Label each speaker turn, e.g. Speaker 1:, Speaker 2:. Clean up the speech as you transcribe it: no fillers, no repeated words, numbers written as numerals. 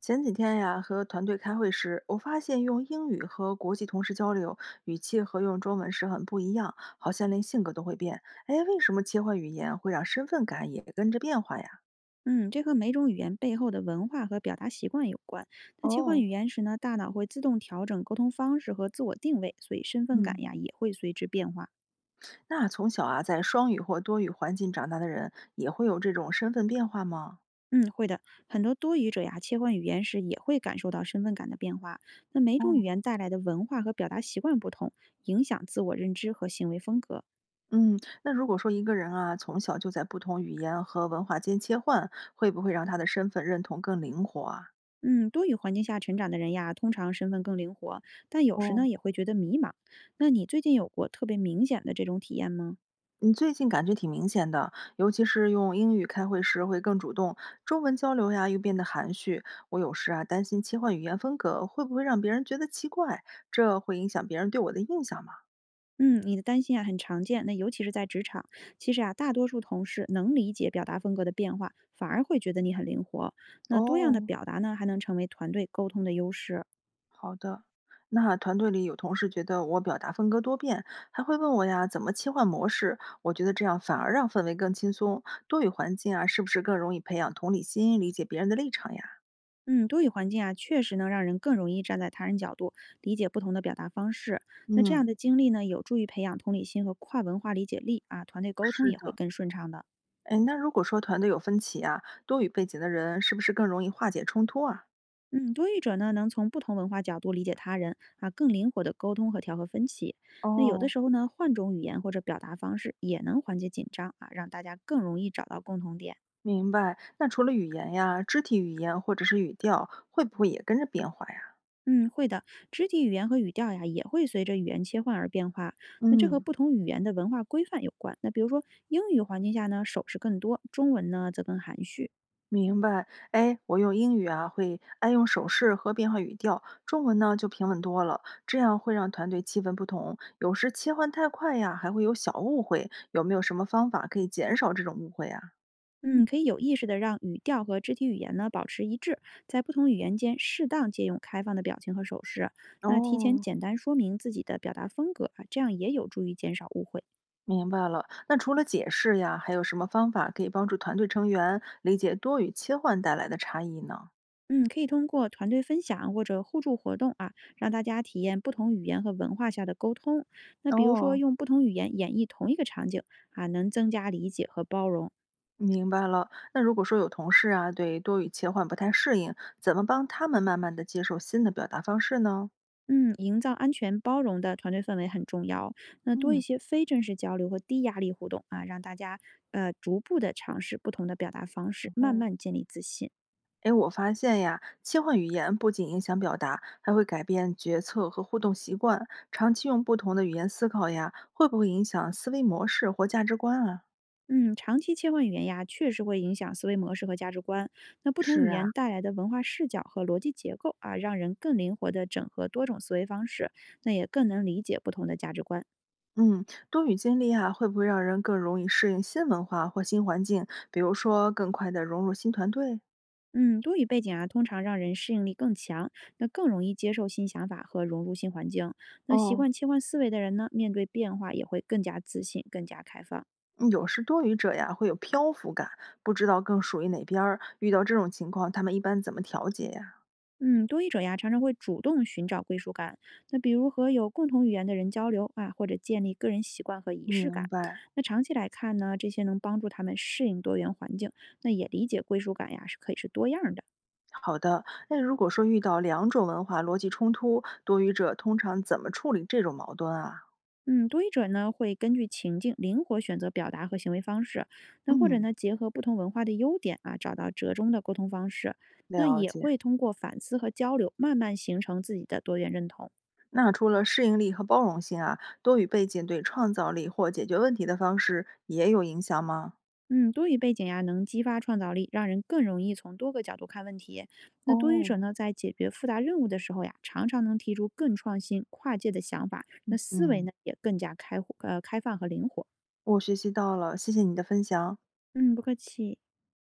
Speaker 1: 前几天呀，和团队开会时，我发现用英语和国际同事交流，语气和用中文时很不一样，好像连性格都会变。哎，为什么切换语言会让身份感也跟着变化呀？
Speaker 2: 嗯，这和每种语言背后的文化和表达习惯有关。那切换
Speaker 1: 哦，
Speaker 2: 语言时呢，大脑会自动调整沟通方式和自我定位，所以身份
Speaker 1: 嗯，
Speaker 2: 感呀也会随之变化。
Speaker 1: 那从小啊，在双语或多语环境长大的人，也会有这种身份变化吗？
Speaker 2: 嗯，会的，很多多语者呀，切换语言时也会感受到身份感的变化。那每
Speaker 1: 哦，
Speaker 2: 种语言带来的文化和表达习惯不同，影响自我认知和行为风格。
Speaker 1: 嗯，那如果说一个人啊，从小就在不同语言和文化间切换，会不会让他的身份认同更灵活啊？
Speaker 2: 嗯，多语环境下成长的人呀，通常身份更灵活，但有时
Speaker 1: 哦。
Speaker 2: 呢也会觉得迷茫。那你最近有过特别明显的这种体验吗？
Speaker 1: 你最近感觉挺明显的，尤其是用英语开会时会更主动，中文交流呀又变得含蓄。我有时啊担心切换语言风格会不会让别人觉得奇怪，这会影响别人对我的印象吗？
Speaker 2: 嗯，你的担心啊很常见，那尤其是在职场。其实啊，大多数同事能理解表达风格的变化，反而会觉得你很灵活。那多样的
Speaker 1: 哦，
Speaker 2: 表达呢，还能成为团队沟通的优势。
Speaker 1: 好的。那团队里有同事觉得我表达风格多变，还会问我呀怎么切换模式。我觉得这样反而让氛围更轻松，多语环境啊是不是更容易培养同理心，理解别人的立场呀？
Speaker 2: 嗯，多语环境啊，确实能让人更容易站在他人角度，理解不同的表达方式。那这
Speaker 1: 嗯，
Speaker 2: 样的经历呢，有助于培养同理心和跨文化理解力啊，团队沟通
Speaker 1: 是
Speaker 2: 也会
Speaker 1: 的。
Speaker 2: 更顺畅的。
Speaker 1: 哎，那如果说团队有分歧啊，多语背景的人是不是更容易化解冲突啊？
Speaker 2: 嗯，多语者呢，能从不同文化角度理解他人啊，更灵活的沟通和调和分歧。那有的
Speaker 1: 哦，
Speaker 2: 时候呢，换种语言或者表达方式也能缓解紧张啊，让大家更容易找到共同点。
Speaker 1: 明白。那除了语言呀，肢体语言或者是语调，会不会也跟着变化呀？
Speaker 2: 嗯，会的，肢体语言和语调呀，也会随着语言切换而变化。那这和
Speaker 1: 嗯，
Speaker 2: 不同语言的文化规范有关。那比如说，英语环境下呢，手势更多；中文呢，则更含蓄。
Speaker 1: 明白。哎，我用英语啊，会爱用手势和变化语调，中文呢就平稳多了。这样会让团队气氛不同，有时切换太快呀，还会有小误会。有没有什么方法可以减少这种误会啊？
Speaker 2: 嗯，可以有意识的让语调和肢体语言呢保持一致，在不同语言间适当借用开放的表情和手势。那提前
Speaker 1: 哦，
Speaker 2: 简单说明自己的表达风格啊，这样也有助于减少误会。
Speaker 1: 明白了。那除了解释呀，还有什么方法可以帮助团队成员理解多语切换带来的差异呢？
Speaker 2: 嗯，可以通过团队分享或者互助活动啊，让大家体验不同语言和文化下的沟通。那比如说
Speaker 1: 哦，
Speaker 2: 用不同语言演绎同一个场景啊，能增加理解和包容。
Speaker 1: 明白了。那如果说有同事啊对多语切换不太适应，怎么帮他们慢慢的接受新的表达方式呢？
Speaker 2: 嗯，营造安全包容的团队氛围很重要。那多一
Speaker 1: 嗯，
Speaker 2: 些非正式交流和低压力互动啊，让大家逐步的尝试不同的表达方式，慢
Speaker 1: 哦，
Speaker 2: 慢建立自信。
Speaker 1: 哎，我发现呀，切换语言不仅影响表达，还会改变决策和互动习惯。长期用不同的语言思考呀，会不会影响思维模式或价值观啊？
Speaker 2: 嗯，长期切换语言呀，确实会影响思维模式和价值观。那不同
Speaker 1: 是
Speaker 2: 语
Speaker 1: 啊，
Speaker 2: 言带来的文化视角和逻辑结构啊，让人更灵活的整合多种思维方式，那也更能理解不同的价值观。
Speaker 1: 嗯，多语经历啊，会不会让人更容易适应新文化或新环境？比如说，更快地融入新团队？
Speaker 2: 嗯，多语背景啊，通常让人适应力更强，那更容易接受新想法和融入新环境。那习
Speaker 1: 哦，
Speaker 2: 惯切换思维的人呢，面对变化也会更加自信、更加开放。
Speaker 1: 嗯有时多语者呀，会有漂浮感，不知道更属于哪边儿。遇到这种情况，他们一般怎么调节呀？
Speaker 2: 嗯，多语者呀，常常会主动寻找归属感。那比如和有共同语言的人交流啊，或者建立个人习惯和仪式
Speaker 1: 明
Speaker 2: 感。
Speaker 1: 白。
Speaker 2: 那长期来看呢，这些能帮助他们适应多元环境，那也理解归属感呀是可以是多样的。
Speaker 1: 好的，那如果说遇到两种文化逻辑冲突，多语者通常怎么处理这种矛盾啊？
Speaker 2: 嗯，多语者呢会根据情境灵活选择表达和行为方式，那或者
Speaker 1: 嗯，
Speaker 2: 呢结合不同文化的优点啊，找到折中的沟通方式，那
Speaker 1: 了
Speaker 2: 也
Speaker 1: 解。
Speaker 2: 会通过反思和交流，慢慢形成自己的多元认同。
Speaker 1: 那除了适应力和包容性啊，多语背景对创造力或解决问题的方式也有影响吗？
Speaker 2: 嗯，多语背景呀，能激发创造力，让人更容易从多个角度看问题。那多语者
Speaker 1: 哦，
Speaker 2: 呢，在解决复杂任务的时候呀，常常能提出更创新、跨界的想法，那思维
Speaker 1: 嗯，
Speaker 2: 呢也更加开阔开放和灵活。
Speaker 1: 我学习到了，谢谢你的分享。
Speaker 2: 嗯，不客气。